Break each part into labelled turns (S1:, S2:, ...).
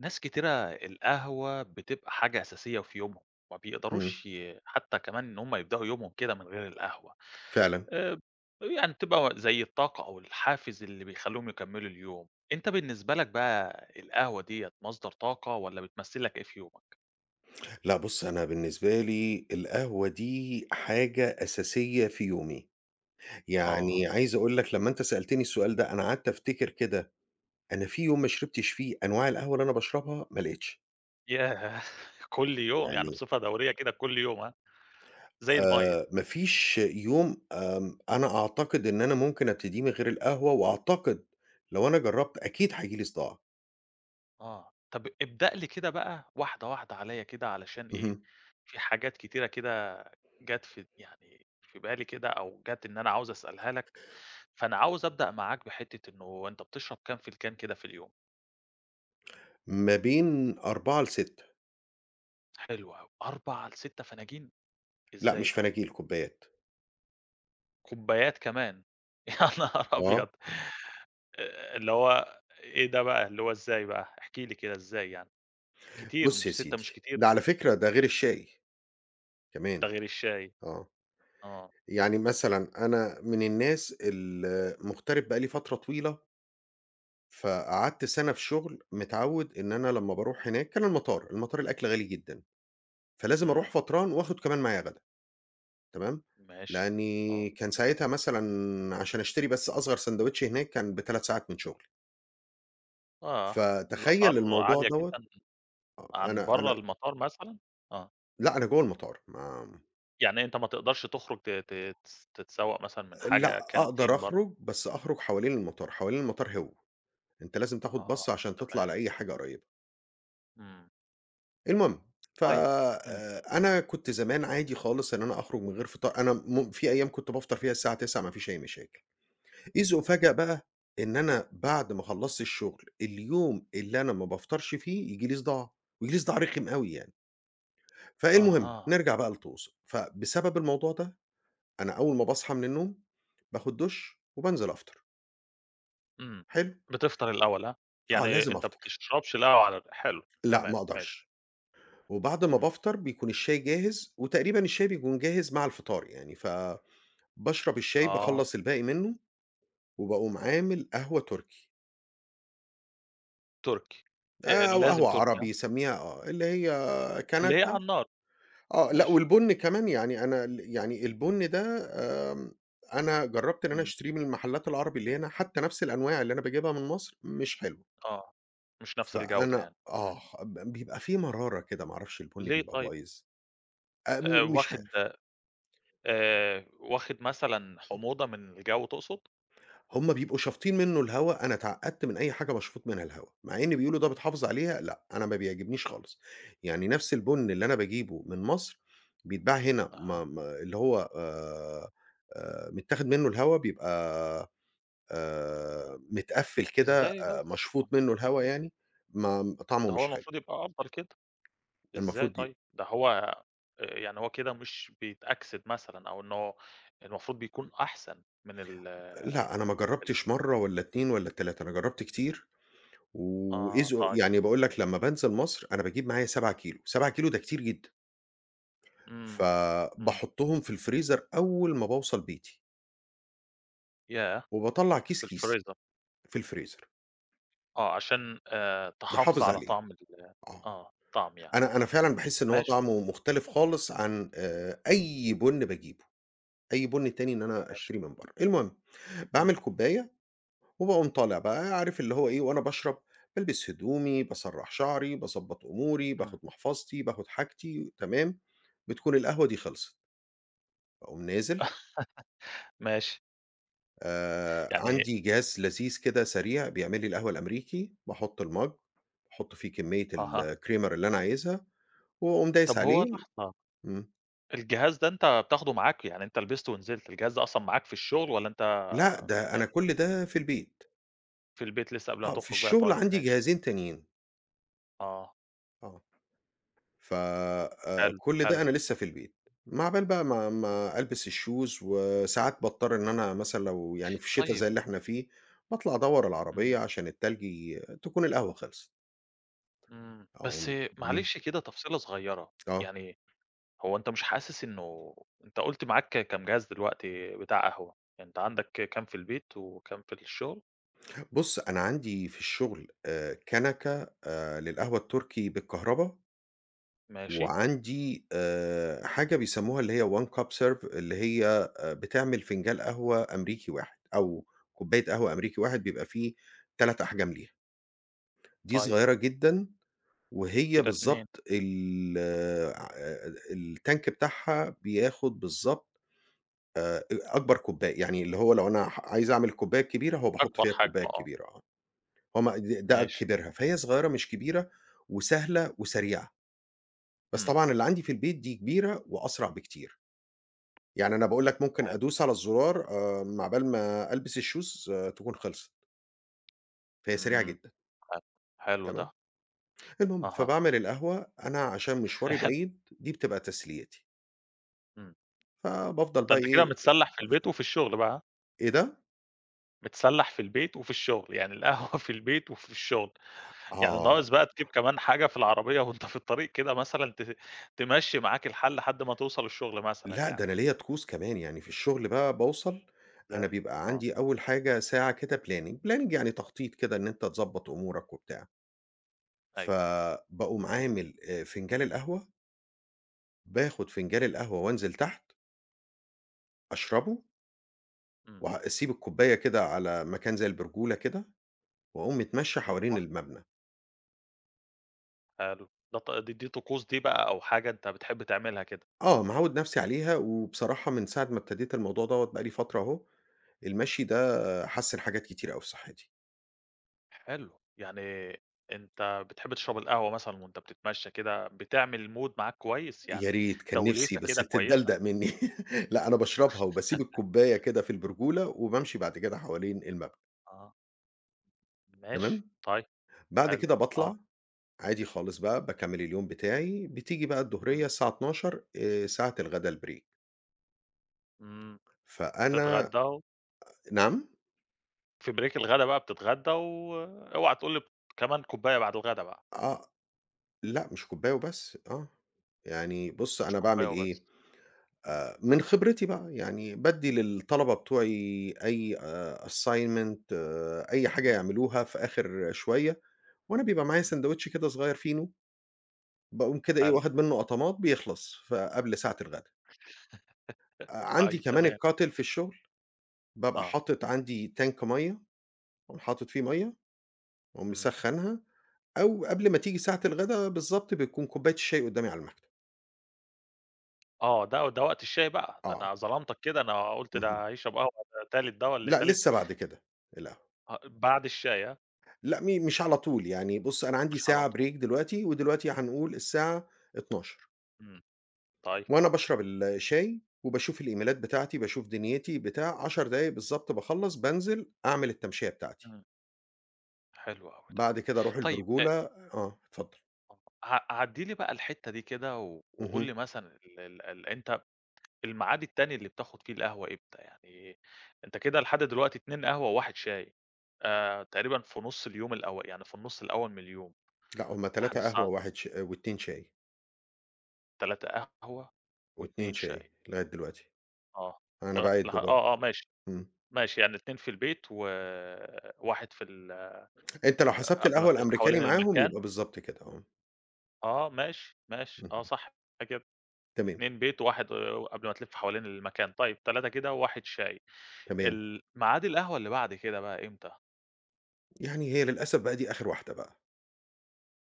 S1: ناس كتيرة القهوة بتبقى حاجة أساسية في يومهم، ما
S2: إمم،
S1: بيقدروش حتى كمان إن هم يبدأوا يومهم كده من غير القهوة،
S2: فعلًا.
S1: آآ، يعني بتبقى زي الطاقة أو الحافز اللي بيخلّيهم يكمّلوا اليوم، أنت بالنسبة لك بقى القهوة ديّة مصدر طاقة والّا بتمثّل لك إيه في يومك؟
S2: لأ بُص، أنا بالنسبة لي القهوة دي حاجة أساسية في يومي.
S1: آه،
S2: يعني عايز أقول لك لمّا أنت سألتني السؤال ده، أنا قعدت أفتكر كده، أنا في يوم ما شربتش فيه أنواع القهوة اللي أنا باشربها، ما لقيتش.
S1: ياه! كل يوم يعني
S2: يعني
S1: بصفة دورية كده كل يوم ها، زي المَيّة،
S2: ما فيش يوم أنا أعتقد إن أنا ممكن أبتديه من غير القهوة، وأعتقد لو أنا جرّبت أكيد هييجي لي صداع.
S1: آه، طَب ابدأ لي كده بقى واحدة واحدة عليَّ كده علشان إيه،
S2: اهم.
S1: في حاجات كتيرة كده جات في يعني في بالي كده أو جات إن أنا عاوز أسألها لك، فأنا عاوز أبدأ معاك بحتة إنه أنت بتشرب كام فنجان كده في اليوم؟
S2: ما بين 4 ل6.
S1: حلو أوي، 4 ل6 فناجين!
S2: لأ
S1: إزاي
S2: مش
S1: ده؟
S2: فناجيل، كوبايات.
S1: كوبايات كمان! يا نهار
S2: آه.
S1: أبيض! اللي هو إيه ده بقى، اللي هو إزاي بقى؟ احكِ لي كده إزاي يعني؟ كتير
S2: بُص يا
S1: مش 6
S2: سيدي،
S1: مش كتير،
S2: ده على فكرة ده غير الشاي.
S1: ده
S2: كمان،
S1: غير الشاي.
S2: آه.
S1: آه،
S2: يعني مثلًا أنا من الناس مغترب بقى لي فترة طويلة، فقعدت سَنة في شُغل متعوِّد إن أنا لمّا باروح هناك كان المطار الأكل غالي جدًا، فلازم أروح
S1: إمم،
S2: فطران وآخُد كمان معايا غدا. تمام،
S1: ماشي، آه،
S2: لإنّي كان ساعتها مثلًا عشان أشتري بس أصغر ساندوتش هناك كان ب3 ساعات من شُغلي،
S1: آه، الأسعار
S2: فتخيّل الموضوع
S1: عالية
S2: دوّة.
S1: جدًا
S2: آه،
S1: عن
S2: أنا
S1: برّه
S2: أنا
S1: المطار مثلًا؟ آه.
S2: لأ، أنا جوّه المطار ما
S1: يعني أنت ما تقدرش تخرج ت ت تس تتسوّق مثلًا من حاجة
S2: لأ، أقدر
S1: كانتين برّه
S2: أخرُج، بس أخرُج حوالين المطار، حوالين المطار هو. أنت لازم تاخد بَصّة
S1: آه،
S2: عشان تطلع
S1: تمام،
S2: لأي حاجة قريّبة.
S1: إمم،
S2: المهم، ف
S1: طيب، إمم،
S2: أنا كنت زمان عادي خالص إن أنا أخرج من غير فطار، أنا في أيام كنت بافطر فيها الساعة 9:00 ما فيش أي مشاكل. إذ أُفاجأ بقى إن أنا بعد ما خلّصت الشغل، اليوم اللي أنا ما بافطرش فيه ييجي لي صداع، وييجي لي صداع رخم أوي يعني. فالمهم
S1: أها،
S2: نرجع بقى لطوس، فبسبب الموضوع ده أنا أول ما باصحى من النوم، باخد دُش وبانزل أفطر،
S1: إمم،
S2: حلو؟
S1: بتفطر الأول ها؟
S2: آه،
S1: يعني
S2: لازم
S1: أنت
S2: أفطر،
S1: بتشربش القهوة على الر حلو،
S2: لأ
S1: تمام،
S2: ما
S1: ماشي،
S2: أقدرش. وبعد ما
S1: إمم،
S2: بافطر بيكون الشاي جاهز، وتقريبًا الشاي بيكون جاهز مع الفطار يعني، فباشرب الشاي
S1: آه،
S2: باخلّص الباقي منه، وباقوم عامل قهوة تركي،
S1: تركي،
S2: أو
S1: لازم
S2: قهوة
S1: تركي ها؟
S2: عربي سميها آه، اللي هي
S1: اللي هي
S2: كنكة.
S1: على النار،
S2: آه، لأ
S1: ماشي،
S2: والبُن كمان يعني أنا يعني البُن ده. آمم، أنا جرّبت إن أنا
S1: إمم،
S2: أشتريه من المحلات العربي اللي هنا، حتى نفس الأنواع اللي أنا باجيبها من مصر مش حلوة،
S1: آه، مش نفس الجودة
S2: فأنا
S1: يعني، إمم،
S2: آه، بيبقى في مرارة كده ما أعرفش البُن
S1: ليه
S2: بيبقى
S1: طيب؟
S2: بايظ،
S1: آآ،
S2: مش
S1: واخد
S2: عارف.
S1: واخد مثلًا حموضة من الجو تقصد؟
S2: هم بيبقوا شافطين منه الهوا، أنا اتعقدت من أي حاجة مشفوط منها الهوا، مع إن بيقولوا ده بتحافظ عليها، لأ، أنا ما بيعجبنيش خالص، يعني نفْس البُن اللي أنا باجيبه من مصر بيتباع هنا
S1: أها،
S2: ما اللي هو متاخد منه الهوا بيبقى متقفّل كده
S1: إزاي بس؟
S2: مشفوط منه الهوا يعني، ما طعمه
S1: ده هو
S2: مش حلو،
S1: المفروض يبقى أفضل كده. إزاي
S2: المفروض دي.
S1: طيب؟ ده هو يعني هو كده مش بيتأكسد مثلًا أو إن هو المفروض بيكون أحسن من ال
S2: لأ، أنا ما
S1: ال
S2: جرّبتش مرّة والّا 2 والّا 3 أنا جرّبت كتير،
S1: آه
S2: وإذ
S1: طيب.
S2: يعني باقول لك لمّا بانزل مصر أنا باجيب معايا 7 كيلو، 7 كيلو ده كتير جدًا.
S1: إمم، إمم.
S2: فباحطهم في الفريزر أول ما باوصل بيتي،
S1: ياه!
S2: وباطلّع كيس،
S1: في
S2: كيس
S1: الفريزر.
S2: في الفريزر
S1: آه، عشان تحافظ
S2: يحافظ
S1: على
S2: عليه،
S1: طعم ال
S2: آه،
S1: آه، طعم يعني.
S2: أنا فعلًا
S1: إمم.
S2: باحس إن هو
S1: ماشي،
S2: طعمه مختلف خالص عن أي بُن باجيبه، أي بُن تاني إن أنا
S1: ماشي.
S2: أشتريه من برّه. المهم، باعمل
S1: إمم،
S2: كوباية وباقوم طالع بقى عارف اللي هو إيه، وأنا باشرب بالبس هدومي، باسرّح شعري، باضبّط أموري، باخد
S1: إمم.
S2: محفظتي، باخد حاجتي، تمام، بتكون القهوة دي خلصت، باقوم نازل.
S1: ماشي. يعني
S2: عندي جهاز لذيذ كده سريع بيعمل لي القهوة الأمريكي، باحُط المَج، باحُط فيه كمية
S1: أها.
S2: الcreamer اللي أنا عايزها وأقوم دايس
S1: طب هو
S2: عليه.
S1: لحظة،
S2: إمم.
S1: الجهاز ده أنت بتاخده معاك، يعني أنت لبسته ونزلت، الجهاز ده أصلًا معاك في الشغل والّا أنت
S2: لأ، ده أنا
S1: يعني
S2: كل ده في البيت.
S1: في البيت لسه قبل ما
S2: آه، في
S1: تخرج بقى؟
S2: الشغل
S1: طيب
S2: عندي
S1: ماشي.
S2: جهازين تانيين.
S1: آه.
S2: آه. ف
S1: حلو،
S2: كل
S1: حلو.
S2: ده أنا لسه في البيت. ما عقبال بقى ما ألبس الshoes وساعات باضطر إن أنا مثلًا لو يعني في الشتا
S1: طيب
S2: زي اللي إحنا فيه، باطلع أدوّر
S1: إمم،
S2: العربية عشان التلج تكون القهوة خلصت.
S1: إمم.
S2: أقوم.
S1: بس
S2: إمم،
S1: معلش كده تفصيلة صغيرة،
S2: آه.
S1: يعني هو أنت مش حاسس إنه أنت قُلت معاك كام جهاز دلوقتي بتاع قهوة؟ أنت عندك كام في البيت وكام في الشغل؟
S2: بُص، أنا عندي في الشغل كَنَكَة للقهوة التركي بالكهربا،
S1: ماشي،
S2: وعندي حاجة بيسموها اللي هي one cup serve اللي هي بتعمل فنجان قهوة أمريكي واحد، أو كوباية قهوة أمريكي واحد بيبقى فيه 3 أحجام ليها، دي
S1: طيب
S2: صغيرة جدًا وهي
S1: كده 2
S2: بالضبط ال التانك بتاعها بياخد بالضبط. أ أكبر كوباية، يعني اللي هو لو أنا عايز أعمل الكوباية الكبيرة هو باحط
S1: أكبر
S2: فيها
S1: حجم
S2: الكوباية
S1: آه،
S2: الكبيرة. آه. هو ما ده
S1: ماشي.
S2: كبرها، فهي صغيرة مش كبيرة وسهلة وسريعة، بس
S1: إمم،
S2: طبعًا اللي عندي في البيت دي كبيرة وأسرع بكتير، يعني أنا باقول لك ممكن
S1: حلو،
S2: أدوس على الزرار عقبال ما ألبس الشوز آه، تكون خلصت، فهي سريعة
S1: إمم،
S2: جدًا،
S1: حلو، حلو ده،
S2: تمام، المهم
S1: أها.
S2: فباعمل القهوة، أنا عشان مشواري بعيد دي بتبقى تسليتي،
S1: إمم،
S2: فبافضل
S1: ده
S2: بقى
S1: أنت كده
S2: إيه.
S1: متسلّح في البيت وفي الشغل بقى، ها؟
S2: إيه ده؟
S1: متسلّح في البيت وفي الشغل، يعني القهوة في البيت وفي الشغل. يعني
S2: آه.
S1: ناقص بقى تجيب كمان حاجة في العربية وأنت في الطريق كده مثلًا تمشّي معاك الحال لحد ما توصل الشغل مثلًا
S2: لأ، ده
S1: يعني،
S2: أنا ليّا طقوس كمان، يعني في الشغل بقى باوصل، أنا
S1: ده
S2: بيبقى
S1: آه،
S2: عندي أول حاجة ساعة كده planning، planning يعني تخطيط كده إن أنت تضبّط أمورك وبتاع،
S1: أيوه،
S2: فباقوم عامل فنجان القهوة، باخد فنجان القهوة وانزل تحت أشربه
S1: إمم،
S2: وأسيب الكوباية كده على مكان زي البرجولة كده، وأقوم متمشى حوالين
S1: أيوه،
S2: المبنى.
S1: حلو، ده ط دي دي طقوس دي بقى أو حاجة أنت بتحب تعملها كده،
S2: آه، معوّد نفسي عليها، وبصراحة من ساعة ما ابتديت الموضوع دوّة بقى لي فترة أهو، المشي ده حَسِّن حاجات كتير أوي في صحتي.
S1: حلو، يعني أنت بتحب تشرب القهوة مثلًا وأنت بتتمشى كده، بتعمل mood معاك كويس،
S2: يا
S1: يعني
S2: ريت، كان نِفْسي
S1: توليفة
S2: بس
S1: كده كويسة،
S2: بتتدلدق منّي. لأ، أنا باشربها وباسيب الكوباية كده في البرجولة وبامشي بعد كده حوالين المبنى.
S1: آه، ماشي،
S2: تمام،
S1: طيب،
S2: بعد
S1: حلو،
S2: كده باطلع
S1: آه،
S2: عادي خالص بقى، باكمّل اليوم بتاعي، بتيجي بقى الضهرية
S1: إمم،
S2: الساعة 12:00 ساعة الغدا الbreak.
S1: إمم،
S2: فأنا
S1: تتغدى
S2: نعم؟
S1: في بريك الغدا بقى بتتغدّى واوعى تقول لي كمان كوباية بعد الغدا بقى،
S2: آه، لأ مش كوباية وبس، آه. يعني بُص
S1: مش
S2: أنا
S1: كوباية
S2: باعمل
S1: وبس.
S2: إيه،
S1: إمم،
S2: من خبرتي بقى، يعني بادّي للطلبة بتوعي أي assignment آه، أي حاجة
S1: إمم،
S2: يعملوها في آخر شوية وأنا بيبقى معايا
S1: إمم،
S2: ساندوتش كده صغير فينو، باقوم كده إيه
S1: حلو،
S2: واخد منه قطمات بيخلص قبل ساعة الغدا. عندي
S1: طيب
S2: كمان
S1: تمام،
S2: الكاتل في الشغل، بابقى
S1: آه،
S2: حاطط عندي تانك مَيّة، أقوم حاطط فيه مَيّة، وأقوم
S1: إمم،
S2: مسخّنها أو قبل ما تيجي ساعة الغدا بالضبط بتكون كوباية الشاي قدّامي على المكتب.
S1: آه، ده وقت الشاي بقى، ده
S2: آه،
S1: أنا ظلمتك كده، أنا قُلت
S2: اهم.
S1: ده هيشرب قهوة ده تالت ده والّا
S2: لأ
S1: تالت
S2: لسه بعد كده القهوة.
S1: آه، بعد الشاي ها،
S2: لأ مش على طول، يعني بُص أنا عندي
S1: مش على
S2: ساعة
S1: طول،
S2: break دلوقتي، ودلوقتي هنقول الساعة 12:00.
S1: إمم، طيب،
S2: وأنا باشرب الشاي وباشوف الإيميلات بتاعتي، باشوف دنيتي، بتاع 10 دقايق بالضبط باخلّص، بانزل أعمل التمشية بتاعتي،
S1: إمم، حلو أوي ده.
S2: بعد كده أروح
S1: طيب
S2: البرجولة. آه، اتفضل.
S1: عدّي لي بقى الحتّة دي كده و وقُل
S2: اهم.
S1: لي مثلًا ال ال ال أنت الميعاد التاني اللي بتاخد فيه القهوة إمتى؟ يعني أنت كده لحد دلوقتي 2 قهوة و1 شاي، تقريبًا في نُص اليوم يعني في النُص الأول من اليوم،
S2: لأ، هُم
S1: لحد
S2: 3
S1: الساعة
S2: قهوة و1 و2 شاي،
S1: 3 قهوة
S2: و2
S1: و2
S2: شاي
S1: شاي،
S2: لغاية دلوقتي،
S1: آه،
S2: أنا
S1: لغ
S2: باعِد
S1: لغ
S2: برضه.
S1: آه، آه ماشي،
S2: إمم.
S1: ماشي يعني 2 في البيت و1 في ال
S2: أنت لو
S1: آه،
S2: حسبت
S1: قبل ما
S2: القهوة
S1: تلف
S2: الأمريكاني
S1: حوالين
S2: معاهم يبقى
S1: المكان،
S2: بالضبط كده آه.
S1: آه ماشي، ماشي، آه
S2: اهم.
S1: صح كده،
S2: تمام،
S1: 2 بيت و1 قبل ما تلف حوالين المكان، طيب 3 كده و1 شاي،
S2: تمام.
S1: ال ميعاد القهوة اللي بعد كده بقى إمتى؟
S2: يعني هي للأسف بقى دي آخر واحدة بقى،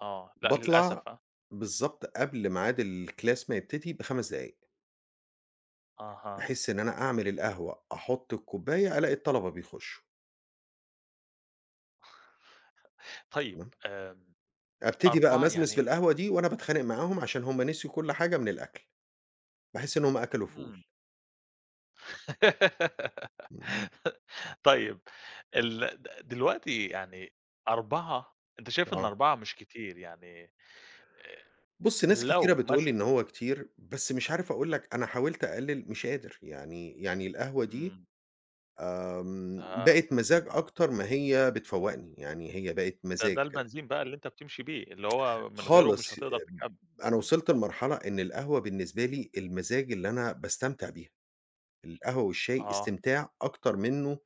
S1: آه، لأ
S2: باطلع
S1: للأسف ها.
S2: بالضبط قبل ميعاد الclass ما يبتدي ب5 دقايق.
S1: أها.
S2: بحيث إن أنا أعمل القهوة، أحُط الكوباية، ألاقي الطلبة بيخشّوا،
S1: طيب
S2: تمام،
S1: آمم
S2: أبتدي بقى
S1: 4
S2: أمزمز في
S1: يعني
S2: القهوة دي وأنا باتخانق معاهم عشان هُم نسيوا كل حاجة من الأكل، باحس إن هُم أكلوا فول،
S1: إمم.
S2: إمم،
S1: طيب ال د دلوقتي يعني 4 أنت شايف إن
S2: آه،
S1: 4 مش كتير يعني آآ
S2: بُص ناس كتيرة
S1: لو
S2: بتقول لي
S1: مثلًا
S2: إن هو كتير، بس مش عارف أقول لك أنا حاولت أقلل مش قادر، يعني القهوة دي.
S1: إمم. ده
S2: بقت مزاج أكتر ما هي بتفوّقني، يعني هي بقت
S1: ده
S2: مزاج
S1: ده
S2: كده،
S1: البنزين بقى اللي أنت بتمشي بيه، اللي هو من غيره مش
S2: خالص،
S1: هتقدر تكمّل.
S2: أنا
S1: إمم.
S2: وصلت لمرحلة إن القهوة بالنسبة لي المزاج اللي أنا باستمتع بيها. القهوة والشاي
S1: آه.
S2: استمتاع أكتر منّه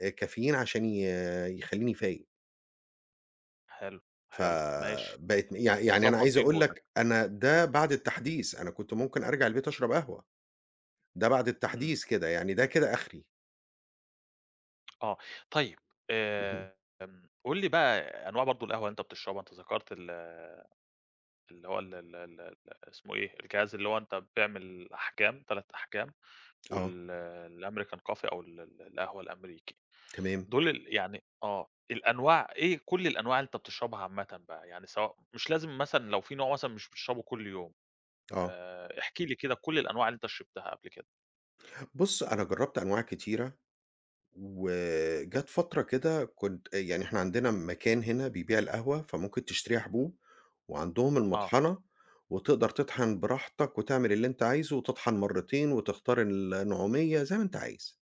S2: كافيين عشان يخلّيني فايق،
S1: حلو، حلو ماشي.
S2: فبقت يعني أنا
S1: بتضبّط
S2: عايز
S1: بيه
S2: أقول
S1: مودك.
S2: لك أنا ده بعد التحديث، أنا كنت ممكن أرجع البيت أشرب قهوة، ده بعد
S1: إمم.
S2: التحديث كده، يعني ده كده آخري.
S1: آه. طيب
S2: اهم،
S1: قُل لي بقى أنواع برضه القهوة اللي أنت بتشربها، أنت ذكرت ال اللي هو ال ال ال ال اسمه إيه، الجهاز اللي هو أنت بتعمل أحجام 3 أحجام
S2: آه،
S1: وال الأمريكان coffee أو ال ال القهوة الأمريكي،
S2: تمام،
S1: دول يعني آه، الأنواع إيه كل الأنواع اللي أنت بتشربها عامةً بقى، يعني سواء مش لازم مثلًا لو في نوع مثلًا مش بتشربه كل يوم،
S2: آه.
S1: احكِ لي كده كل الأنواع اللي أنت شربتها قبل كده.
S2: بُص أنا جرّبت أنواع كتيرة وجات فترة كده كنت يعني إحنا عندنا مكان هنا بيبيع القهوة، فممكن تشتري حبوب وعندهم
S1: آه،
S2: المطحنة وتقدر تطحن براحتك وتعمل اللي أنت عايزه وتطحن مرّتين وتختار النعومية زي ما أنت عايز.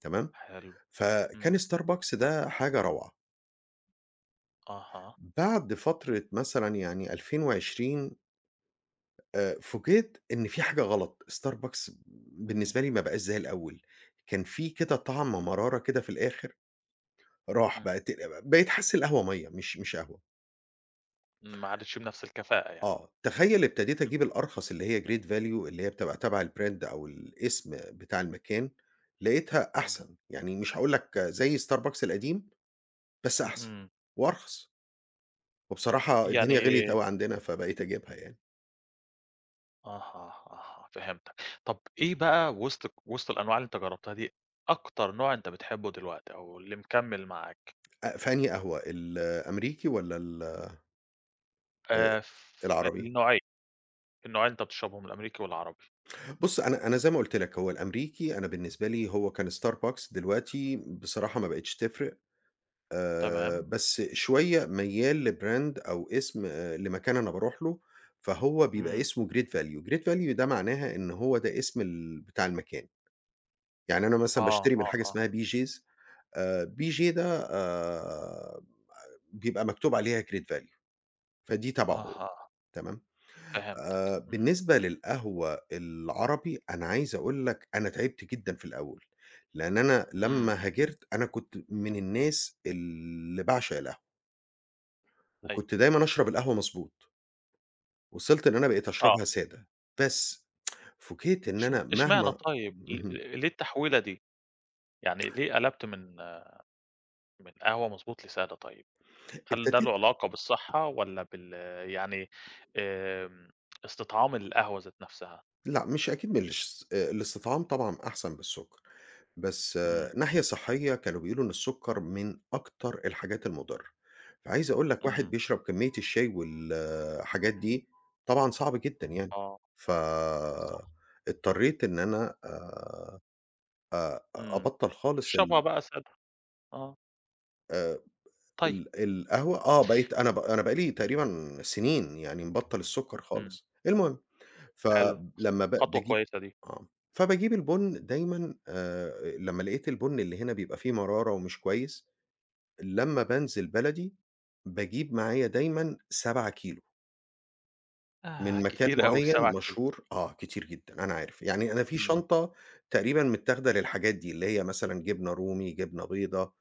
S2: تمام،
S1: حلو،
S2: فكان
S1: إمم،
S2: Starbucks ده حاجة روعة.
S1: أها،
S2: بعد فترة مثلًا يعني 2020 فوجئت إن في حاجة غلط، Starbucks بالنسبة
S1: إمم،
S2: لي ما بقاش زي الأول، كان في كده طعم مرارة كده في الآخر راح
S1: إمم،
S2: بقت بقيت حاسس القهوة مَيّة مش قهوة.
S1: ما عادتش بنفس الكفاءة يعني،
S2: آه، تخيّل ابتديت
S1: إمم،
S2: أجيب الأرخص اللي هي great value اللي هي بتبقى تبع الbrand أو الاسم بتاع المكان، لقيتها
S1: إمم،
S2: أحسن، يعني مش هاقول لك زي starbucks القديم، بس أحسن
S1: إمم،
S2: وأرخص. وبصراحة
S1: يعني
S2: الدنيا غليت أوي عندنا فبقيت أجيبها يعني.
S1: أها، أها، فهمتك. طَب إيه بقى وسط الأنواع اللي أنت جرّبتها دي، أكتر نوع أنت بتحبه دلوقتي أو اللي مكمّل معاك؟
S2: فأنهي قهوة الأمريكي والّا ال
S1: في
S2: العربي؟
S1: النوعين، النوعين أنت بتشربهم الأمريكي والعربي،
S2: بُص أنا زي ما قُلت لك هو الأمريكي أنا بالنسبة لي هو كان starbucks دلوقتي بصراحة ما بقتش تفرق.
S1: تمام،
S2: بس شوية ميّال لbrand أو اسم لمكان أنا باروح له، فهو بيبقى
S1: إمم،
S2: اسمه great value، great value ده معناها إن هو ده اسم بتاع المكان، يعني أنا مثلًا
S1: آه،
S2: باشتري من
S1: آه،
S2: حاجة
S1: آه،
S2: اسمها BJ's. BJ ده آآ، بيبقى مكتوب عليها great value فدي تبعه هو،
S1: أها،
S2: تمام؟
S1: فهمتك، إمم،
S2: بالنسبة للقهوة العربي، أنا عايز أقول لك أنا تعبت جدًا في الأول، لأن أنا
S1: إمم،
S2: لمّا هاجرت أنا كنت من الناس اللي باعشق القهوة.
S1: أيوه،
S2: وكنت دايمًا أشرب القهوة مضبوط، وصلت إن أنا بقيت أشربها
S1: آه.
S2: سادة، بس فوجئت إن أنا
S1: إشمعنى
S2: مهما.
S1: طيب،
S2: اهم،
S1: ليه التحويلة دي؟ يعني ليه قلبت من قهوة مضبوط لسادة طيب؟ هل ده له
S2: ابتديت.
S1: علاقة بالصحة والّا يعني آمم، استطعام القهوة ذات نفسها؟
S2: لأ مش أكيد من الاش الاستطعام طبعًا أحسن بالسُكّر، بس آه،
S1: إمم،
S2: ناحية صحية كانوا بيقولوا إن السُكّر من أكتر الحاجات المُضرة، فعايز أقول لك واحد
S1: إمم،
S2: بيشرب كمية الشاي والحاجات دي طبعًا صعب جدًا يعني،
S1: آه، صح،
S2: فاضطريت إن أنا
S1: إمم،
S2: أبطّل خالص
S1: تشربها
S2: ال
S1: بقى سادة، آه، طيب،
S2: ال القهوة آه، بقيت أنا أنا بقى لي تقريبًا سنين يعني مبطّل السُكّر
S1: إمم،
S2: خالص. المهم،
S1: حلو،
S2: فلمّا
S1: خطوة
S2: باجيب
S1: كويسة دي،
S2: آه. فباجيب البُن دايمًا لمّا لقيت البُن اللي هنا بيبقى فيه مرارة ومش كويس، لمّا بانزل بلدي باجيب معايا دايمًا 7 كيلو
S1: آه،
S2: من مكان
S1: كتير أوي
S2: معيّن
S1: 7 كيلو،
S2: مشهور آه، كتير جدًا، أنا عارف. يعني أنا في
S1: إمم،
S2: شنطة تقريبًا متاخدة للحاجات دي، اللي هي مثلًا جبنة رومي، جبنة بيضا،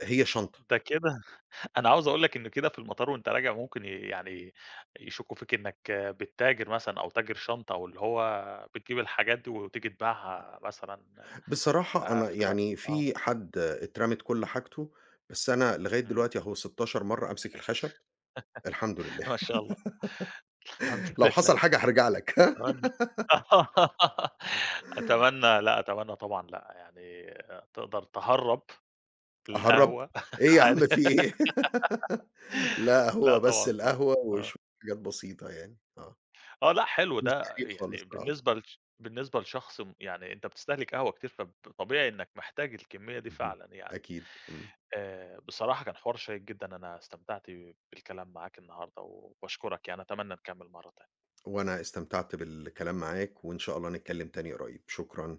S2: هي شنطة.
S1: ده كده أنا عاوز أقول لك إن كده في المطار وأنت راجع ممكن يعني يشكّوا فيك إنك بتتاجر مثلًا أو تاجر شنطة أو اللي هو بتجيب الحاجات دي وتيجي تبيعها مثلًا
S2: بصراحة أنا
S1: في بلدك،
S2: يعني
S1: آه،
S2: في حد اترمت كل حاجته، بس أنا لغاية
S1: إمم،
S2: دلوقتي أهو 16 مرّة أمسك الخشب، الحمد لله،
S1: ما شاء الله، الحمد
S2: لو
S1: لله،
S2: حصل حاجة هارجع لك،
S1: أتمنى أتمنى لأ، أتمنى طبعًا لأ، يعني تقدر تهرّب
S2: أهرّب،
S1: القهوة
S2: إيه يا
S1: عادي
S2: عم في إيه؟ لأ،
S1: لأ
S2: هو بس
S1: طبعًا خالص،
S2: القهوة
S1: آه،
S2: وشوية حاجات بسيطة يعني، آه،
S1: آه لأ حلو
S2: مش
S1: ده
S2: تهريب خالص،
S1: يعني
S2: آه،
S1: بالنسبة لشخص يعني أنت بتستهلك قهوة كتير فطبيعي إنك محتاج الكمية دي
S2: اهم،
S1: فعلًا يعني،
S2: أكيد، إمم،
S1: بصراحة كان حوار شيق جدًا أنا استمتعت بالكلام معاك النهارده وباشكرك يعني أتمنى نكمل مرة تانية.
S2: وأنا استمتعت بالكلام معاك، وإن شاء الله نتكلم تاني قريب، شكرًا.